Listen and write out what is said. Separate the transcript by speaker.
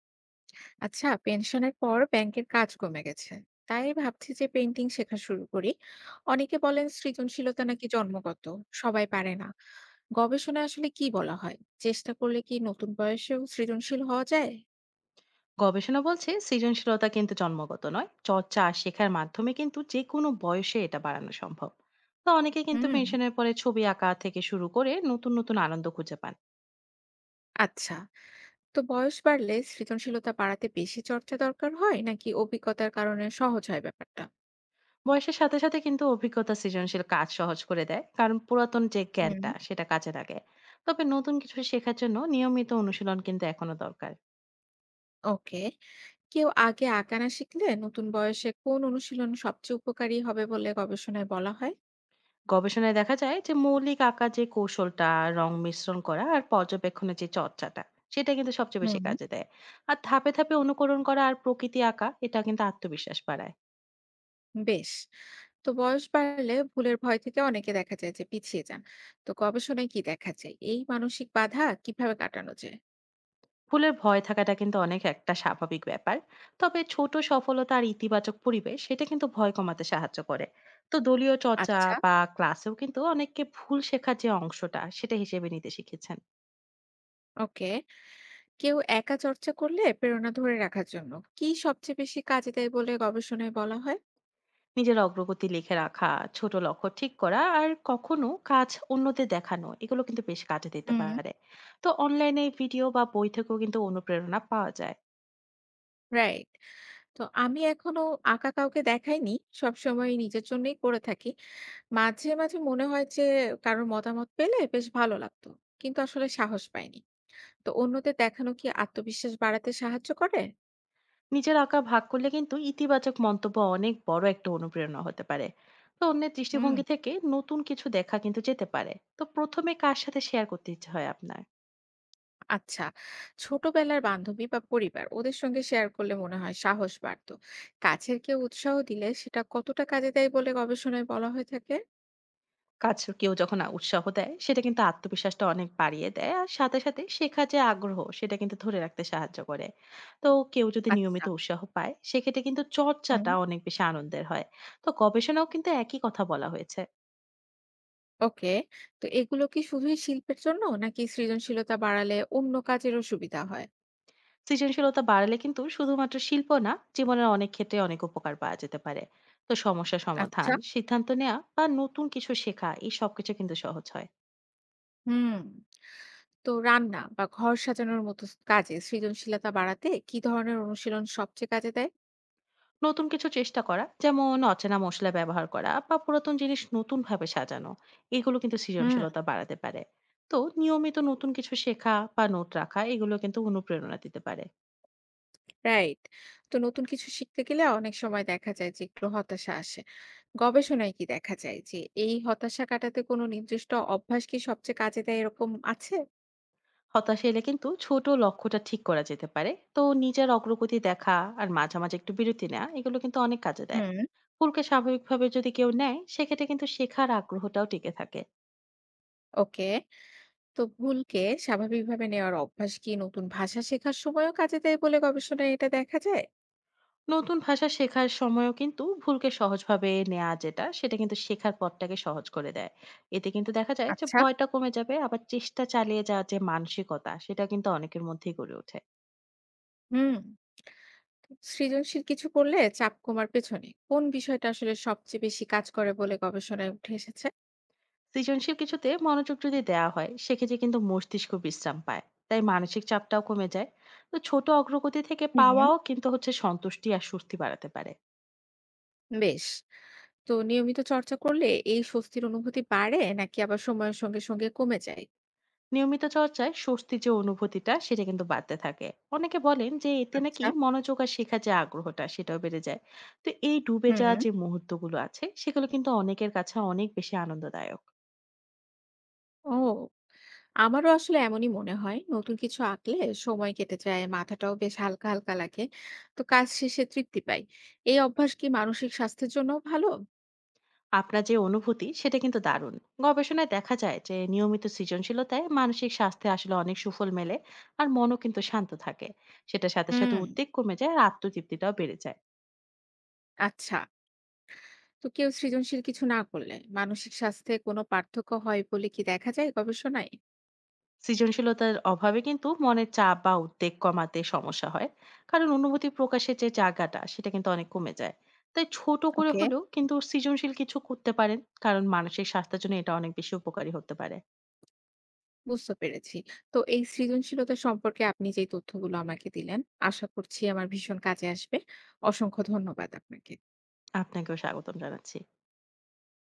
Speaker 1: আচ্ছা। পেনশনের পর ব্যাংকের কাজ কমে গেছে, তাই ভাবছি যে পেন্টিং শেখা শুরু করি। অনেকে বলেন সৃজনশীলতা নাকি জন্মগত, সবাই পারে না। গবেষণায় আসলে কি বলা হয়? চেষ্টা করলে কি নতুন বয়সেও সৃজনশীল হওয়া যায়?
Speaker 2: গবেষণা বলছে সৃজনশীলতা কিন্তু জন্মগত নয়, চর্চা আর শেখার মাধ্যমে কিন্তু যে কোনো বয়সে এটা বাড়ানো সম্ভব। তো অনেকে কিন্তু
Speaker 1: হুম।
Speaker 2: পেনশনের পরে ছবি আঁকা থেকে শুরু করে নতুন নতুন আনন্দ খুঁজে পান।
Speaker 1: আচ্ছা। তো বয়স বাড়লে সৃজনশীলতা বাড়াতে বেশি চর্চা দরকার হয় নাকি অভিজ্ঞতার কারণে সহজ হয় ব্যাপারটা?
Speaker 2: বয়সের সাথে সাথে কিন্তু অভিজ্ঞতা সৃজনশীল কাজ সহজ করে দেয়, কারণ পুরাতন যে
Speaker 1: হুম।
Speaker 2: জ্ঞানটা সেটা কাজে লাগে। তবে নতুন কিছু শেখার জন্য নিয়মিত অনুশীলন কিন্তু এখনো দরকার।
Speaker 1: ওকে। কেউ আগে আঁকা না শিখলে নতুন বয়সে কোন অনুশীলন সবচেয়ে উপকারী হবে বলে গবেষণায় বলা হয়?
Speaker 2: গবেষণায় দেখা যায় যে মৌলিক আঁকার যে কৌশলটা, রং মিশ্রণ করা আর পর্যবেক্ষণের যে চর্চাটা, সেটা কিন্তু সবচেয়ে বেশি
Speaker 1: হুম।
Speaker 2: কাজে দেয়। আর ধাপে ধাপে অনুকরণ করা আর প্রকৃতি আঁকা এটা কিন্তু আত্মবিশ্বাস বাড়ায়।
Speaker 1: বেশ। তো বয়স বাড়লে ভুলের ভয় থেকে অনেকে দেখা যায় যে পিছিয়ে যান। তো গবেষণায় কি দেখা যায় এই মানসিক বাধা কিভাবে কাটানো যায়?
Speaker 2: ভুলের ভয় থাকাটা কিন্তু অনেক একটা স্বাভাবিক ব্যাপার। তবে ছোট সফলতা আর ইতিবাচক পরিবেশ সেটা কিন্তু ভয় কমাতে সাহায্য করে। তো দলীয় চর্চা
Speaker 1: আচ্ছা।
Speaker 2: বা ক্লাসেও কিন্তু অনেককে ভুল শেখার যে অংশটা সেটা হিসেবে নিতে শিখেছেন।
Speaker 1: ওকে। কেউ একা চর্চা করলে প্রেরণা ধরে রাখার জন্য কি সবচেয়ে বেশি কাজে দেয় বলে গবেষণায় বলা হয়?
Speaker 2: নিজের অগ্রগতি লিখে রাখা, ছোট লক্ষ্য ঠিক করা আর কখনো কাজ অন্যদের দেখানো এগুলো কিন্তু বেশ কাজে দিতে
Speaker 1: হুম।
Speaker 2: পারে। তো অনলাইনে ভিডিও বা বই থেকেও কিন্তু অনুপ্রেরণা পাওয়া যায়।
Speaker 1: রাইট। তো আমি এখনো আঁকা কাউকে দেখাইনি, সবসময় নিজের জন্যই করে থাকি। মাঝে মাঝে মনে হয় যে কারোর মতামত পেলে বেশ ভালো লাগতো, কিন্তু আসলে সাহস পাইনি। তো অন্যদের দেখানো কি আত্মবিশ্বাস বাড়াতে সাহায্য করে?
Speaker 2: নিজের আঁকা ভাগ করলে কিন্তু ইতিবাচক মন্তব্য অনেক বড় একটা অনুপ্রেরণা হতে পারে। তো অন্যের
Speaker 1: হুম।
Speaker 2: দৃষ্টিভঙ্গি থেকে নতুন কিছু দেখা কিন্তু যেতে পারে। তো প্রথমে কার সাথে শেয়ার করতে ইচ্ছে হয় আপনার?
Speaker 1: আচ্ছা। ছোটবেলার বান্ধবী বা পরিবার ওদের সঙ্গে শেয়ার করলে মনে হয় সাহস বাড়তো। কাছের কেউ উৎসাহ দিলে সেটা কতটা কাজে দেয় বলে গবেষণায় বলা হয়ে থাকে?
Speaker 2: কাজ কেউ যখন উৎসাহ দেয় সেটা কিন্তু আত্মবিশ্বাসটা অনেক বাড়িয়ে দেয়, আর সাথে সাথে শেখার যে আগ্রহ সেটা কিন্তু ধরে রাখতে সাহায্য করে। তো কেউ যদি নিয়মিত
Speaker 1: আচ্ছা।
Speaker 2: উৎসাহ পায় সেক্ষেত্রে কিন্তু
Speaker 1: হুম।
Speaker 2: চর্চাটা অনেক বেশি আনন্দের হয়। তো গবেষণাও কিন্তু একই কথা বলা হয়েছে।
Speaker 1: ওকে। তো এগুলো কি শুধুই শিল্পের জন্য নাকি সৃজনশীলতা বাড়ালে অন্য কাজেরও সুবিধা হয়?
Speaker 2: সৃজনশীলতা বাড়ালে কিন্তু শুধুমাত্র শিল্প না, জীবনের অনেক ক্ষেত্রে অনেক উপকার পাওয়া যেতে পারে। তো সমস্যা সমাধান,
Speaker 1: আচ্ছা।
Speaker 2: সিদ্ধান্ত নেওয়া বা নতুন কিছু শেখা এই সবকিছু কিন্তু সহজ হয়।
Speaker 1: হুম। তো রান্না বা ঘর সাজানোর মতো কাজে সৃজনশীলতা বাড়াতে কি ধরনের অনুশীলন সবচেয়ে কাজে দেয়?
Speaker 2: নতুন কিছু চেষ্টা করা, যেমন অচেনা মশলা ব্যবহার করা বা পুরাতন জিনিস নতুন ভাবে সাজানো, এগুলো কিন্তু
Speaker 1: হুম।
Speaker 2: সৃজনশীলতা বাড়াতে পারে। তো নিয়মিত নতুন কিছু শেখা বা নোট রাখা এগুলো কিন্তু অনুপ্রেরণা দিতে পারে।
Speaker 1: রাইট। তো নতুন কিছু শিখতে গেলে অনেক সময় দেখা যায় যে একটু হতাশা আসে। গবেষণায় কি দেখা যায় যে এই হতাশা কাটাতে কোনো নির্দিষ্ট অভ্যাস কি সবচেয়ে কাজে দেয় এরকম আছে?
Speaker 2: হতাশা এলে কিন্তু ছোট লক্ষ্যটা ঠিক করা যেতে পারে। তো নিজের অগ্রগতি দেখা আর মাঝে মাঝে একটু বিরতি নেওয়া এগুলো কিন্তু অনেক কাজে দেয়।
Speaker 1: হুম।
Speaker 2: ভুলকে স্বাভাবিকভাবে যদি কেউ নেয় সেক্ষেত্রে কিন্তু শেখার আগ্রহটাও টিকে থাকে।
Speaker 1: ওকে। তো ভুলকে স্বাভাবিকভাবে নেওয়ার অভ্যাস কি নতুন ভাষা শেখার সময়ও কাজে দেয় বলে গবেষণায় এটা দেখা যায়?
Speaker 2: নতুন ভাষা শেখার সময়ও কিন্তু ভুলকে সহজভাবে নেওয়া যেটা সেটা কিন্তু শেখার পথটাকে সহজ করে দেয়। এতে কিন্তু দেখা যায় যে
Speaker 1: আচ্ছা।
Speaker 2: ভয়টা কমে যাবে, আবার চেষ্টা চালিয়ে যাওয়ার যে মানসিকতা সেটা কিন্তু অনেকের মধ্যেই গড়ে ওঠে।
Speaker 1: হুম। সৃজনশীল কিছু করলে চাপ কমার পেছনে কোন বিষয়টা আসলে সবচেয়ে বেশি কাজ করে বলে গবেষণায় উঠে এসেছে?
Speaker 2: সৃজনশীল কিছুতে মনোযোগ যদি দেওয়া হয় সেক্ষেত্রে কিন্তু মস্তিষ্ক বিশ্রাম পায়, তাই মানসিক চাপটাও কমে যায়। তো ছোট অগ্রগতি থেকে
Speaker 1: হুম।
Speaker 2: পাওয়াও কিন্তু হচ্ছে সন্তুষ্টি আর স্বস্তি বাড়াতে পারে।
Speaker 1: বেশ। তো নিয়মিত চর্চা করলে এই স্বস্তির অনুভূতি বাড়ে নাকি আবার সময়ের সঙ্গে সঙ্গে কমে যায়?
Speaker 2: নিয়মিত চর্চায় স্বস্তির যে অনুভূতিটা সেটা কিন্তু বাড়তে থাকে। অনেকে বলেন যে এতে নাকি
Speaker 1: আচ্ছা।
Speaker 2: মনোযোগ আর শেখার যে আগ্রহটা সেটাও বেড়ে যায়। তো এই ডুবে যাওয়া
Speaker 1: হুম।
Speaker 2: যে মুহূর্তগুলো আছে সেগুলো কিন্তু অনেকের কাছে অনেক বেশি আনন্দদায়ক।
Speaker 1: ও। আমারও আসলে এমনই মনে হয়, নতুন কিছু আঁকলে সময় কেটে যায়, মাথাটাও বেশ হালকা হালকা লাগে। তো কাজ শেষে তৃপ্তি পাই। এই অভ্যাস কি মানসিক স্বাস্থ্যের জন্য ভালো?
Speaker 2: আপনার যে অনুভূতি সেটা কিন্তু দারুণ। গবেষণায় দেখা যায় যে নিয়মিত সৃজনশীলতায় মানসিক স্বাস্থ্যে আসলে অনেক সুফল মেলে, আর মনও কিন্তু শান্ত থাকে। সেটার সাথে সাথে
Speaker 1: হুম।
Speaker 2: উদ্বেগ কমে যায় আর আত্মতৃপ্তিটাও বেড়ে যায়।
Speaker 1: আচ্ছা। তো কেউ সৃজনশীল কিছু না করলে মানসিক স্বাস্থ্যে কোনো পার্থক্য হয় বলে কি দেখা যায় গবেষণায়?
Speaker 2: সৃজনশীলতার অভাবে কিন্তু মনের চাপ বা উদ্বেগ কমাতে সমস্যা হয়, কারণ অনুভূতি প্রকাশের যে জায়গাটা সেটা কিন্তু অনেক কমে যায়। তাই ছোট করে
Speaker 1: ওকে।
Speaker 2: হলেও কিন্তু সৃজনশীল কিছু করতে পারেন, কারণ মানসিক স্বাস্থ্যের জন্য এটা অনেক বেশি উপকারী হতে পারে।
Speaker 1: বুঝতে পেরেছি। তো এই সৃজনশীলতা সম্পর্কে আপনি যে তথ্যগুলো আমাকে দিলেন, আশা করছি আমার ভীষণ কাজে আসবে। অসংখ্য ধন্যবাদ আপনাকে।
Speaker 2: আপনাকেও স্বাগতম জানাচ্ছি।